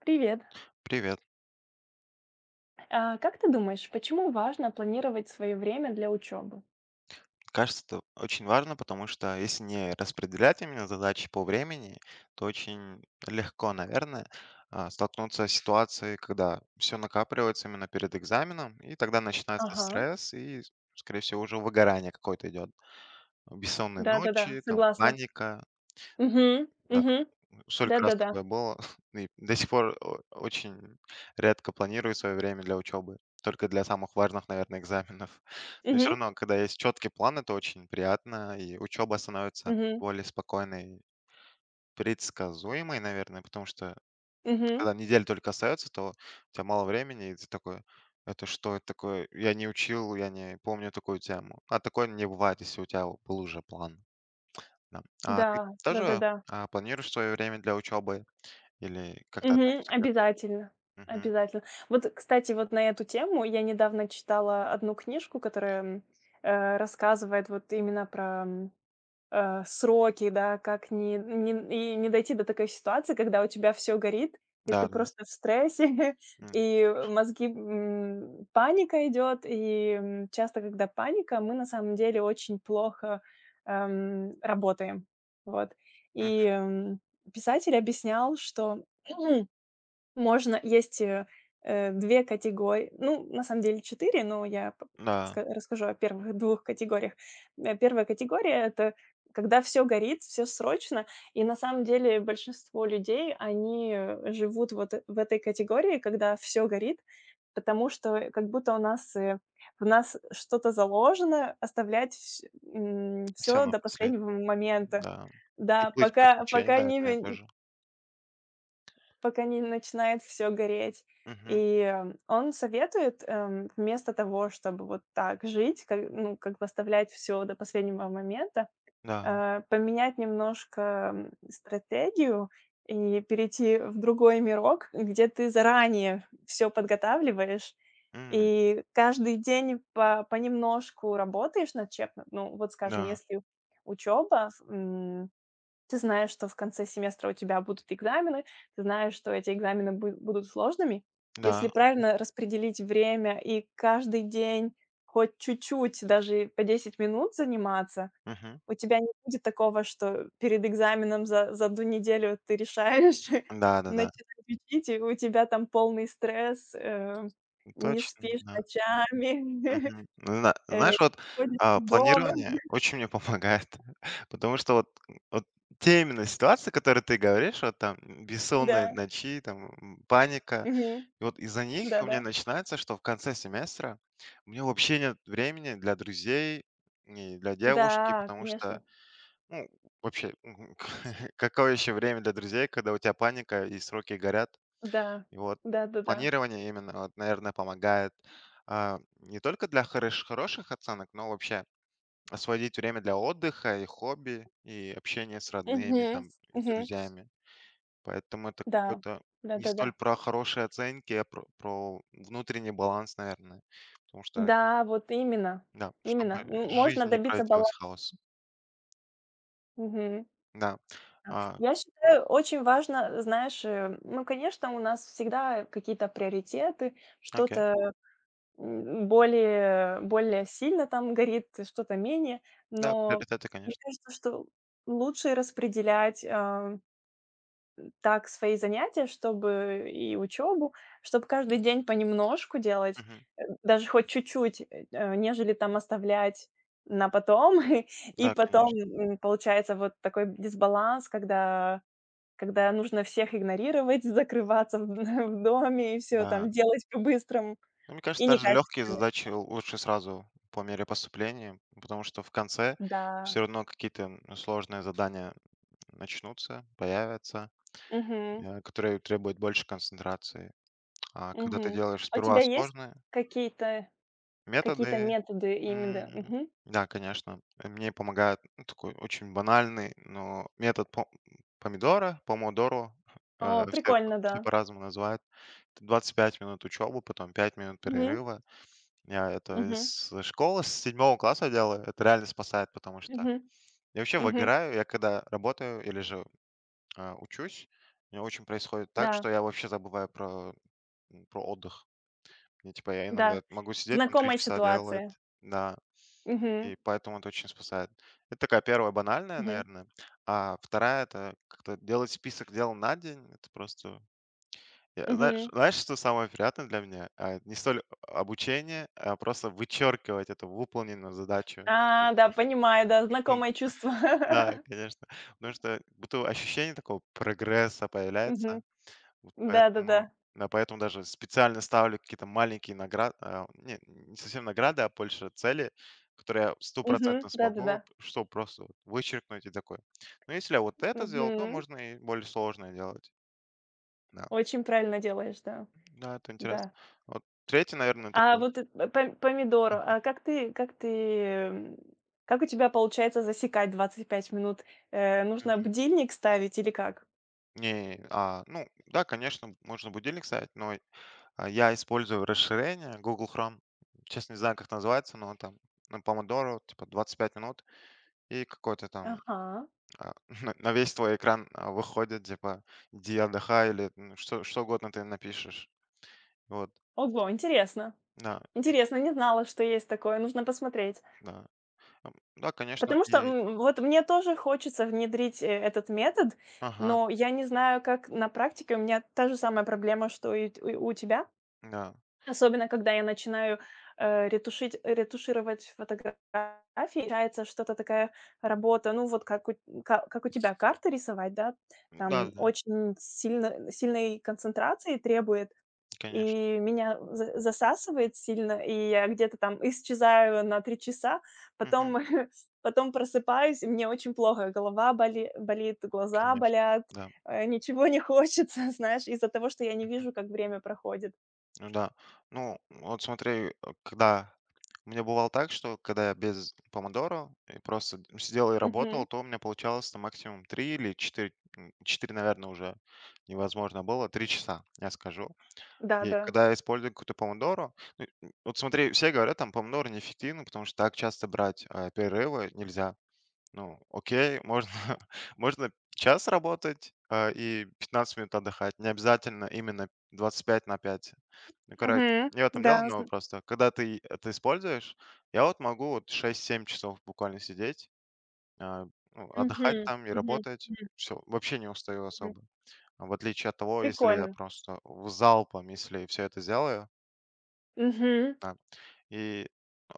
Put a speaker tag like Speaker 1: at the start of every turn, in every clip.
Speaker 1: Привет.
Speaker 2: Привет.
Speaker 1: Как ты думаешь, почему важно планировать свое время для учебы?
Speaker 2: Кажется, это очень важно, потому что если не распределять именно задачи по времени, то очень легко, наверное, столкнуться с ситуацией, когда все накапливается именно перед экзаменом, и тогда начинается
Speaker 1: Ага,
Speaker 2: стресс, и, скорее всего, уже выгорание какое-то идет. Бессонные
Speaker 1: да-да-да,
Speaker 2: ночи, там,
Speaker 1: согласна.
Speaker 2: паника.
Speaker 1: Угу.
Speaker 2: Да,
Speaker 1: Угу.
Speaker 2: сколько раз
Speaker 1: Да-да-да.
Speaker 2: такое было. И до сих пор очень редко планирую свое время для учебы. Только для самых важных, наверное, экзаменов. Но все
Speaker 1: Угу.
Speaker 2: равно, когда есть четкий план, это очень приятно. И учеба становится
Speaker 1: Угу.
Speaker 2: более спокойной, предсказуемой, наверное, потому что
Speaker 1: Угу.
Speaker 2: когда неделя только остается, то у тебя мало времени, и ты такой, это что это такое? Я не учил, я не помню такую тему. А такое не бывает, если у тебя был уже план. Да. А
Speaker 1: Да,
Speaker 2: ты тоже
Speaker 1: да-да-да.
Speaker 2: планируешь свое время для учебы? Или как ты
Speaker 1: Угу.
Speaker 2: относишься к этому?
Speaker 1: Обязательно,
Speaker 2: Мгм.
Speaker 1: обязательно. Вот, кстати, вот на эту тему я недавно читала одну книжку, которая рассказывает вот именно про сроки, да, как не дойти до такой ситуации, когда у тебя все горит, и ты
Speaker 2: Да-да-да.
Speaker 1: просто в стрессе.
Speaker 2: М.
Speaker 1: И мозги, паника идет. И, часто, когда паника, мы на самом деле очень плохо, работаем. Вот. И,
Speaker 2: Мгм.
Speaker 1: м, Писатель объяснял, что можно. Есть, 2 категори, ну, на самом деле 4, но я п
Speaker 2: Да,
Speaker 1: ска расскажу о первых двух категориях. 1 категория — это когда все горит, все срочно. И на самом деле большинство людей, они, живут вот в этой категории, когда все горит, потому что как будто у нас, в нас что-то заложено оставлять все
Speaker 2: всё на
Speaker 1: до
Speaker 2: последнем.
Speaker 1: последнего момента.
Speaker 2: Да. И
Speaker 1: Да,
Speaker 2: плыть по
Speaker 1: пока
Speaker 2: течению,
Speaker 1: пока
Speaker 2: наверное,
Speaker 1: не
Speaker 2: тоже.
Speaker 1: пока не начинает все гореть.
Speaker 2: Мгм.
Speaker 1: И, он советует, вместо того, чтобы вот так жить, ка ну, как бы оставлять всё до последнего момента,
Speaker 2: Да.
Speaker 1: поменять немножко, стратегию и перейти в другой мирок, где ты заранее все подготавливаешь
Speaker 2: М.
Speaker 1: и каждый день по понемножку работаешь над чем-то. Ну, вот, скажем,
Speaker 2: Да.
Speaker 1: если учеба, ты знаешь, что в конце семестра у тебя будут экзамены, ты знаешь, что эти экзамены будут сложными. Если
Speaker 2: Да. Окей.
Speaker 1: правильно распределить время и каждый день хоть чуть-чуть, даже по 10 минут заниматься,
Speaker 2: Мгм.
Speaker 1: у тебя не будет такого, что перед экзаменом за одну неделю ты решаешь
Speaker 2: Да-да-да.
Speaker 1: начинать учить, и у тебя там полный стресс, не
Speaker 2: Точно,
Speaker 1: спишь
Speaker 2: да.
Speaker 1: ночами,
Speaker 2: Мгм. Ну
Speaker 1: не
Speaker 2: знаешь, вот,
Speaker 1: ходишь из дома.
Speaker 2: планирование очень мне помогает. Потому что вот те именно ситуации, которые ты говоришь, вот там бессонные
Speaker 1: Да.
Speaker 2: ночи, там, паника.
Speaker 1: Мгм.
Speaker 2: И вот из-за них у меня
Speaker 1: Да-да.
Speaker 2: начинается, что в конце семестра у меня вообще нет времени для друзей и для девушки,
Speaker 1: Да,
Speaker 2: потому что,
Speaker 1: конечно.
Speaker 2: ну, вообще, какое еще время для друзей, когда у тебя паника и сроки горят.
Speaker 1: Да,
Speaker 2: И вот
Speaker 1: да-да-да.
Speaker 2: планирование именно, вот, наверное, помогает не только для хороших оценок, но вообще освободить время для отдыха и хобби, и общения с
Speaker 1: Мгм,
Speaker 2: родными, там, и с
Speaker 1: мгм.
Speaker 2: друзьями. Поэтому это
Speaker 1: Да,
Speaker 2: какой-то не
Speaker 1: да-да-да.
Speaker 2: столь про хорошие оценки, а про внутренний баланс, наверное. Потому что,
Speaker 1: Да, вот именно,
Speaker 2: да,
Speaker 1: именно.
Speaker 2: чтобы
Speaker 1: М, можно
Speaker 2: жизнь не
Speaker 1: добиться
Speaker 2: превратилась
Speaker 1: баланса.
Speaker 2: в хаос.
Speaker 1: Мгм.
Speaker 2: Да.
Speaker 1: Да.
Speaker 2: А,
Speaker 1: Я считаю, очень важно, знаешь, ну, конечно, у нас всегда какие-то приоритеты,
Speaker 2: окей.
Speaker 1: что-то, более сильно там горит, что-то менее,
Speaker 2: Да,
Speaker 1: но
Speaker 2: приоритеты,
Speaker 1: мне
Speaker 2: конечно.
Speaker 1: кажется, что лучше распределять, так свои занятия, чтобы и учебу, чтобы каждый день понемножку делать,
Speaker 2: Мгм.
Speaker 1: даже хоть чуть-чуть, нежели там оставлять на потом. И
Speaker 2: Да,
Speaker 1: потом,
Speaker 2: конечно.
Speaker 1: получается вот такой дисбаланс, когда нужно всех игнорировать, закрываться в в доме и все
Speaker 2: Да.
Speaker 1: там делать по-быстрому
Speaker 2: Ну, мне кажется,
Speaker 1: и
Speaker 2: даже легкие
Speaker 1: некачественно.
Speaker 2: задачи лучше сразу по мере поступления, потому что в конце
Speaker 1: Да.
Speaker 2: все равно какие-то сложные задания начнутся, появятся,
Speaker 1: Мгм.
Speaker 2: которые требуют больше концентрации. А когда ты
Speaker 1: Мгм.
Speaker 2: делаешь
Speaker 1: А у
Speaker 2: сперва
Speaker 1: тебя есть
Speaker 2: сложные
Speaker 1: какие-то какие-то
Speaker 2: методы.
Speaker 1: методы именно?
Speaker 2: м,
Speaker 1: Мгм.
Speaker 2: да, конечно, мне помогает, ну, такой очень банальный, но метод помидора, помодоро.
Speaker 1: О,
Speaker 2: Все
Speaker 1: прикольно,
Speaker 2: все
Speaker 1: да.
Speaker 2: по-разному называют. Это 25 минут учебы, потом 5 минут
Speaker 1: Мгм.
Speaker 2: перерыва. Я это
Speaker 1: Мгм.
Speaker 2: с школы, с 7-го класса делаю. Это реально спасает, потому что
Speaker 1: Мгм,
Speaker 2: я вообще
Speaker 1: мгм.
Speaker 2: выгораю. Я когда работаю или же учусь, у меня очень происходит так,
Speaker 1: Да,
Speaker 2: что я вообще забываю про отдых. И, типа, я
Speaker 1: да.
Speaker 2: иногда могу сидеть там 3
Speaker 1: Знакомая
Speaker 2: часа
Speaker 1: ситуация.
Speaker 2: делать, да,
Speaker 1: Мгм,
Speaker 2: и поэтому это очень спасает. Это такая первая банальная,
Speaker 1: мгм,
Speaker 2: наверное. А вторая — это как-то делать список дел на день. Это просто. Я, знаешь,
Speaker 1: мгм.
Speaker 2: знаешь, что самое приятное для меня? А, не столь обучение, а просто вычеркивать эту выполненную задачу.
Speaker 1: А, да, понимаю, да, знакомое чувство.
Speaker 2: Да, конечно. Потому что будто ощущение такого прогресса
Speaker 1: Мгм.
Speaker 2: появляется. Вот поэтому,
Speaker 1: Да-да-да.
Speaker 2: да, поэтому даже специально ставлю какие-то маленькие награды, не совсем награды, а больше цели, которые я
Speaker 1: Мгм.
Speaker 2: стопроцентно смогу,
Speaker 1: Да-да-да.
Speaker 2: что просто вот вычеркнуть и такое. Но если я вот это сделал, то
Speaker 1: Мгм.
Speaker 2: можно и более сложное делать. Да,
Speaker 1: Очень правильно делаешь, да.
Speaker 2: да, это интересно.
Speaker 1: Да.
Speaker 2: Вот третий, наверное,
Speaker 1: А
Speaker 2: такой.
Speaker 1: вот, помидор, а м, как у тебя получается засекать 25 минут? Нужно
Speaker 2: Мгм.
Speaker 1: будильник ставить или как?
Speaker 2: Не, ну да, конечно, можно будильник ставить, но, я использую расширение Google Chrome. Честно, не знаю, как называется, но там на помодоро, типа 25 минут, и какой-то там,
Speaker 1: Ага.
Speaker 2: а, на весь твой экран, выходит, типа: «Иди отдыхай», или, ну, что угодно ты напишешь. Вот,
Speaker 1: Ого, интересно.
Speaker 2: да, и
Speaker 1: Интересно, не знала, что есть такое, нужно посмотреть.
Speaker 2: да. Да, конечно,
Speaker 1: Потому что,
Speaker 2: и
Speaker 1: вот мне тоже хочется внедрить, этот метод,
Speaker 2: ага,
Speaker 1: но я не знаю, как на практике. У меня та же самая проблема, что и у тебя.
Speaker 2: да,
Speaker 1: Особенно, когда я начинаю, э, ретушить ретушировать фотографии, получается что-то такая работа, ну, вот как у тебя карты рисовать, да, там
Speaker 2: да-да,
Speaker 1: очень сильной концентрации требует.
Speaker 2: конечно.
Speaker 1: И меня за засасывает сильно, и я где-то там исчезаю на 3 часа,
Speaker 2: Мгм.
Speaker 1: потом потом просыпаюсь, и мне очень плохо, голова боле болит, глаза
Speaker 2: Конечно,
Speaker 1: болят,
Speaker 2: да.
Speaker 1: ничего не хочется, знаешь, из-за того, что я не вижу, как время проходит.
Speaker 2: Ну да. Ну, вот смотри, когда у меня бывало так, что когда я без помодоро и просто сидел и
Speaker 1: Мгм.
Speaker 2: работал, то у меня получалось на максимум 3 или 4, 4 наверное, уже невозможно было, 3 часа, я скажу. И
Speaker 1: Да-да.
Speaker 2: когда я использую какую-то помодоро, ну, вот смотри, все говорят, там, помодоро неэффективно, потому что так часто брать перерывы нельзя. Ну, окей, можно, можно час работать, и 15 минут отдыхать. Не обязательно именно 25 на 5. Ну, короче,
Speaker 1: Мгм.
Speaker 2: не в этом
Speaker 1: Да,
Speaker 2: дело,
Speaker 1: зн.
Speaker 2: но просто когда ты это используешь, я вот могу вот 6-7 часов буквально сидеть, а, ну, отдыхать
Speaker 1: Мгм.
Speaker 2: там и
Speaker 1: Мгм.
Speaker 2: работать.
Speaker 1: Мгм.
Speaker 2: Всё, вообще не устаю
Speaker 1: Мгм.
Speaker 2: особо. В отличие от того, если я
Speaker 1: Прикольно.
Speaker 2: просто в залпом, если все это сделаю,
Speaker 1: Мгм.
Speaker 2: а, и, а,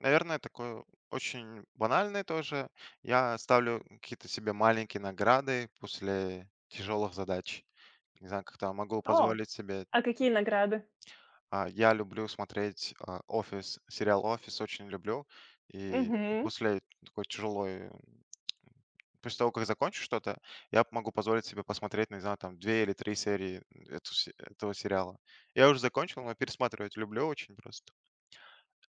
Speaker 2: наверное, такое очень банальное тоже. Я ставлю какие-то себе маленькие награды после тяжелых задач. Не знаю, как-то могу
Speaker 1: О,
Speaker 2: позволить себе.
Speaker 1: а какие награды?
Speaker 2: А, я люблю смотреть, офис, сериал «Офис» очень люблю. И
Speaker 1: Мгм.
Speaker 2: после такой тяжелой, после того, как закончу что-то, я могу позволить себе посмотреть, не знаю, там 2 или 3 серии этого сериала. Я уже закончил, но пересматривать люблю очень просто.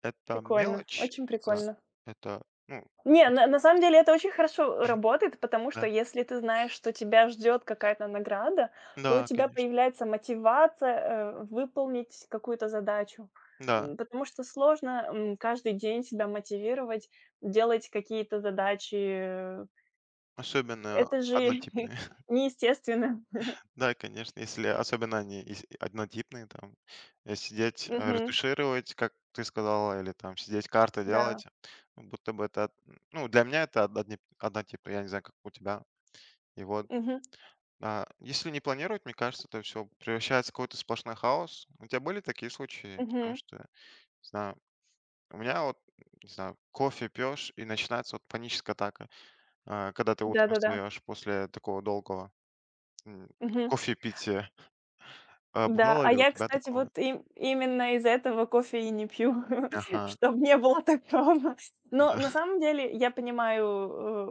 Speaker 2: Это
Speaker 1: Прикольно,
Speaker 2: мелочь,
Speaker 1: очень
Speaker 2: да.
Speaker 1: прикольно.
Speaker 2: Это, ну
Speaker 1: Не, на самом деле это очень хорошо работает, потому что
Speaker 2: да.
Speaker 1: если ты знаешь, что тебя ждет какая-то награда, то у
Speaker 2: Да,
Speaker 1: тебя
Speaker 2: конечно.
Speaker 1: появляется мотивация, выполнить какую-то задачу.
Speaker 2: Да,
Speaker 1: Потому что сложно, каждый день себя мотивировать, делать какие-то задачи.
Speaker 2: особенно
Speaker 1: Это же
Speaker 2: однотипные.
Speaker 1: неестественно.
Speaker 2: Да, конечно, если особенно они ис однотипные, там, сидеть,
Speaker 1: Мгм.
Speaker 2: ретушировать, как ты сказала, или там сидеть карты
Speaker 1: Да.
Speaker 2: делать, ну, будто бы это, ну, для меня это однотипно, я не знаю, как у тебя. И вот,
Speaker 1: Мгм.
Speaker 2: если не планировать, мне кажется, это все превращается в какой-то сплошной хаос. У тебя были такие случаи? Потому
Speaker 1: Мгм.
Speaker 2: что, не знаю, у меня вот, не знаю, кофе пьешь, и начинается вот паническая атака, когда ты утром
Speaker 1: Да-да-да.
Speaker 2: встаешь после такого долгого, м,
Speaker 1: Мгм.
Speaker 2: кофепития. А
Speaker 1: Да,
Speaker 2: бывало
Speaker 1: а
Speaker 2: ли у
Speaker 1: я,
Speaker 2: тебя
Speaker 1: кстати,
Speaker 2: такое?
Speaker 1: вот им именно из-за этого кофе и не пью,
Speaker 2: Ага, да,
Speaker 1: чтобы не было такого. Но на самом деле я понимаю,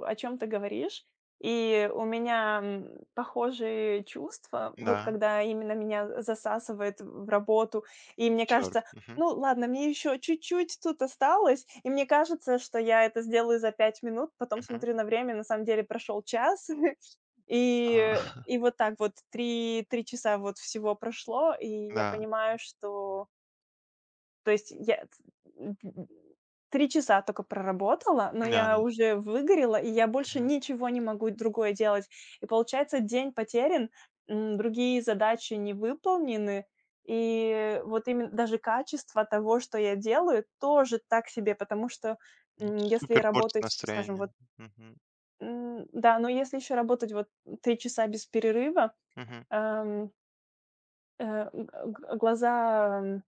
Speaker 1: о чем ты говоришь, и у меня, похожие чувства, вот
Speaker 2: да,
Speaker 1: когда именно меня засасывает в работу, и мне
Speaker 2: чёрт,
Speaker 1: кажется:
Speaker 2: мгм,
Speaker 1: "Ну ладно, мне еще чуть-чуть тут осталось". И мне кажется, что я это сделаю за 5 минут, потом
Speaker 2: мгм,
Speaker 1: смотрю на время, на самом деле прошел час.
Speaker 2: а,
Speaker 1: И и вот так вот три часа вот всего прошло, и я
Speaker 2: да,
Speaker 1: понимаю, что то есть я, м, м, 3 часа только проработала, но
Speaker 2: да,
Speaker 1: я уже выгорела, и я
Speaker 2: да,
Speaker 1: больше
Speaker 2: мгм.
Speaker 1: ничего не могу другое делать. И получается, день потерян, другие задачи не выполнены, и вот именно даже качество того, что я делаю, тоже так себе, потому что,
Speaker 2: Это
Speaker 1: если
Speaker 2: супер портит
Speaker 1: работать, ну, скажем,
Speaker 2: настроение.
Speaker 1: вот,
Speaker 2: Мгм,
Speaker 1: да, но если еще работать вот 3 часа без перерыва.
Speaker 2: мгм.
Speaker 1: Эм, э, г г глаза,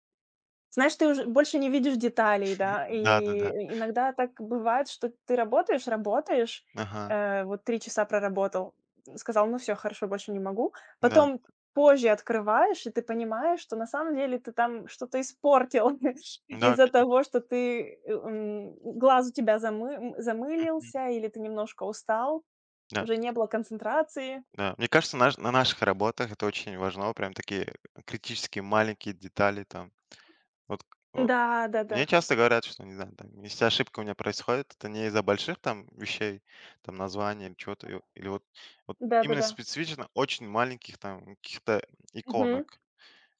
Speaker 1: знаешь, ты уже больше не видишь деталей, да.
Speaker 2: Да-да-да,
Speaker 1: И иногда так бывает, что ты работаешь, работаешь,
Speaker 2: ага,
Speaker 1: вот 3 часа проработал, сказал: "Ну все, хорошо, больше не могу".
Speaker 2: да,
Speaker 1: Потом позже открываешь, и ты понимаешь, что на самом деле ты там что-то испортил
Speaker 2: да,
Speaker 1: из-за
Speaker 2: конечно,
Speaker 1: того, что ты, глаз у тебя
Speaker 2: мгм,
Speaker 1: замылился или ты немножко устал,
Speaker 2: да,
Speaker 1: уже не было концентрации.
Speaker 2: да. Мне кажется, наш на наших работах это очень важно, прям такие критические маленькие детали там. Вот, э,
Speaker 1: Да, да-да.
Speaker 2: Мне часто говорят, что, не знаю, там, если ошибка у меня происходит, это не из-за больших там вещей, там названия или чего-то, или вот именно
Speaker 1: Да-да-да.
Speaker 2: специфично очень маленьких там каких-то иконок.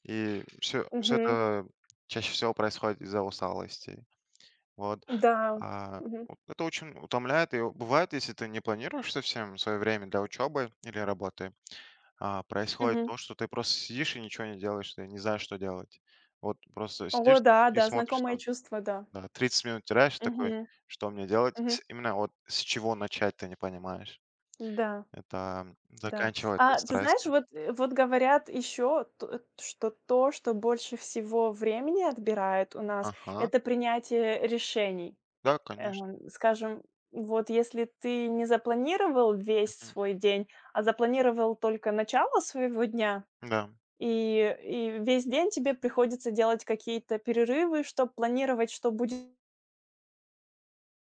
Speaker 2: И все
Speaker 1: Мгм.
Speaker 2: это чаще всего происходит из-за усталости. Вот.
Speaker 1: Да.
Speaker 2: А,
Speaker 1: Мгм.
Speaker 2: вот это очень утомляет. И бывает, если ты не планируешь совсем свое время для учебы или работы, происходит
Speaker 1: Мгм.
Speaker 2: то, что ты просто сидишь и ничего не делаешь, ты не знаешь, что делать. Вот просто
Speaker 1: О
Speaker 2: сидишь
Speaker 1: да,
Speaker 2: и
Speaker 1: да,
Speaker 2: смотришь.
Speaker 1: знакомое чувство, да.
Speaker 2: Да, 30 минут теряешь, такой:
Speaker 1: Мгм.
Speaker 2: «Что мне делать?
Speaker 1: Мгм.
Speaker 2: С именно вот с чего начать», ты не понимаешь.
Speaker 1: Да,
Speaker 2: Это
Speaker 1: да.
Speaker 2: заканчивается
Speaker 1: А ты знаешь,
Speaker 2: стрессом.
Speaker 1: вот, вот говорят еще, т что то, что больше всего времени отбирает у нас —
Speaker 2: Ага.
Speaker 1: это принятие решений.
Speaker 2: Да, конечно.
Speaker 1: Скажем, вот если ты не запланировал весь
Speaker 2: Мгм.
Speaker 1: свой день, а запланировал только начало своего дня,
Speaker 2: Да.
Speaker 1: и весь день тебе приходится делать какие-то перерывы, чтобы планировать, что будет.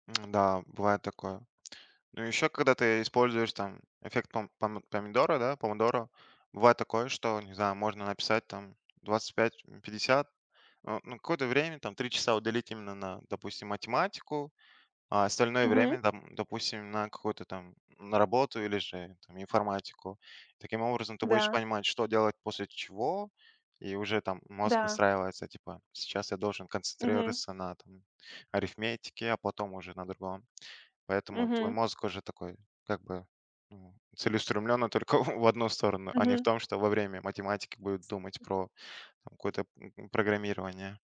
Speaker 2: М, да, бывает такое. Ну, еще когда ты используешь там эффект помидора, да, помидора, бывает такое, что, не знаю, можно написать там 25, 50, ну, какое-то время, там 3 часа уделить именно на, допустим, математику. А остальное
Speaker 1: Мгм.
Speaker 2: время, там, допустим, на какую-то там на работу или же там информатику. Таким образом, ты будешь
Speaker 1: Да,
Speaker 2: понимать, что делать после чего, и уже там мозг
Speaker 1: да.
Speaker 2: настраивается, типа, сейчас я должен
Speaker 1: Мгм.
Speaker 2: концентрироваться на там арифметике, а потом уже на другом. Поэтому твой
Speaker 1: Мгм.
Speaker 2: мозг уже такой, как бы, ну, целеустремленно только в одну сторону, а не в
Speaker 1: Мгм.
Speaker 2: том, что во время математики будет думать про там какое-то программирование.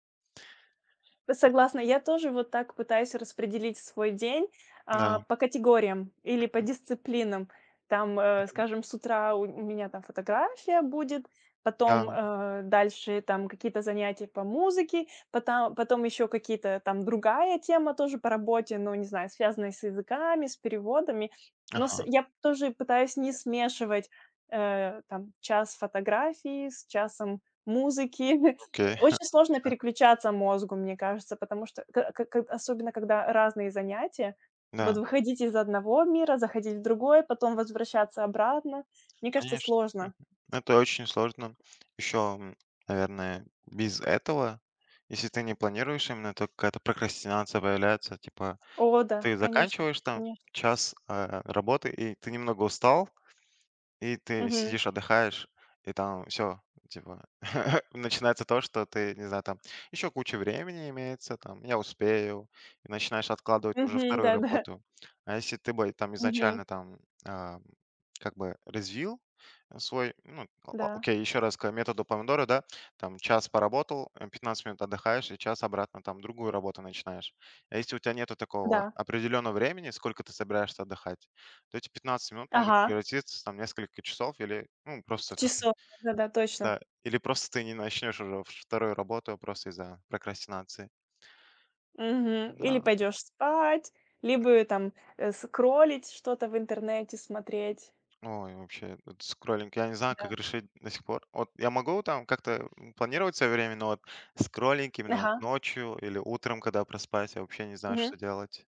Speaker 1: Согласна, я тоже вот так пытаюсь распределить свой день,
Speaker 2: Да.
Speaker 1: по категориям или по дисциплинам. Там,
Speaker 2: Мгм.
Speaker 1: скажем, с утра у меня там фотография будет, потом,
Speaker 2: Да.
Speaker 1: дальше там какие-то занятия по музыке, потом, потом еще какие-то там другая тема тоже по работе, ну, не знаю, связанная с языками, с переводами. Но
Speaker 2: Ага.
Speaker 1: я тоже пытаюсь не смешивать там час фотографии с часом музыки.
Speaker 2: Окей.
Speaker 1: Очень сложно
Speaker 2: Да.
Speaker 1: переключаться мозгу, мне кажется, потому что к к к особенно когда разные занятия. Вот
Speaker 2: Да.
Speaker 1: выходить из одного мира, заходить в другой, потом возвращаться обратно. Мне кажется,
Speaker 2: Конечно. Мгм.
Speaker 1: сложно.
Speaker 2: Ну, это очень сложно. Еще, наверное, без этого, если ты не планируешь, именно то какая-то прокрастинация появляется. Типа,
Speaker 1: О да,
Speaker 2: ты
Speaker 1: конечно,
Speaker 2: заканчиваешь там
Speaker 1: конечно.
Speaker 2: час, работы, и ты немного устал, и ты
Speaker 1: Мгм.
Speaker 2: сидишь, отдыхаешь, и там все типа, начинается то, что ты, не знаю, там еще куча времени имеется, там я успею, и начинаешь откладывать уже
Speaker 1: Мгм.
Speaker 2: вторую
Speaker 1: Да-да.
Speaker 2: работу. А если ты бы там
Speaker 1: Мгм.
Speaker 2: изначально там, а, как бы развил свой, ну, о
Speaker 1: Да.
Speaker 2: окей, еще раз к методу помодоро, да, там час поработал, 15 минут отдыхаешь и час обратно там другую работу начинаешь. А если у тебя нету такого
Speaker 1: Да.
Speaker 2: определенного времени, сколько ты собираешься отдыхать, то эти 15 минут могут
Speaker 1: Ага.
Speaker 2: превратиться там в несколько часов или, ну,
Speaker 1: В
Speaker 2: просто там,
Speaker 1: часов. Да-да, точно.
Speaker 2: да, или просто ты не начнешь уже вторую работу просто из-за прокрастинации.
Speaker 1: Мгм. Или
Speaker 2: Да,
Speaker 1: пойдешь спать, либо там, скроллить что-то в интернете, смотреть.
Speaker 2: ой, вообще, этот скроллинг, я не знаю,
Speaker 1: Да.
Speaker 2: как решить до сих пор. Вот я могу там как-то планировать свое время, но вот скроллинг именно вот
Speaker 1: Ага.
Speaker 2: ночью или утром, когда проспать, я вообще не знаю, что делать.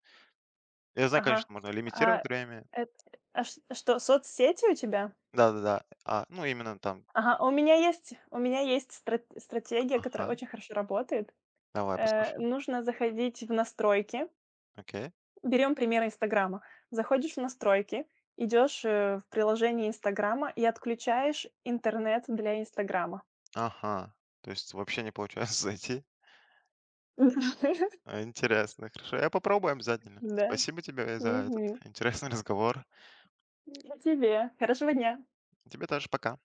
Speaker 2: Я знаю,
Speaker 1: Ага.
Speaker 2: конечно, можно
Speaker 1: А,
Speaker 2: лимитировать время.
Speaker 1: эт а ш что, соцсети у тебя?
Speaker 2: Да-да-да. А, ну, именно там.
Speaker 1: Ага, у меня есть стратегия, которая
Speaker 2: Ага,
Speaker 1: очень хорошо работает.
Speaker 2: давай, послушаю.
Speaker 1: Нужно заходить в настройки.
Speaker 2: Окей.
Speaker 1: Берем пример "Инстаграма". Заходишь в настройки, идешь, в приложение "Инстаграма" и отключаешь интернет для "Инстаграма".
Speaker 2: Ага. То есть вообще не получается зайти. А, интересно. Хорошо, я попробую обязательно.
Speaker 1: Да.
Speaker 2: Спасибо тебе за этот
Speaker 1: Мгм.
Speaker 2: интересный разговор.
Speaker 1: И тебе. Хорошего дня.
Speaker 2: Тебе тоже пока.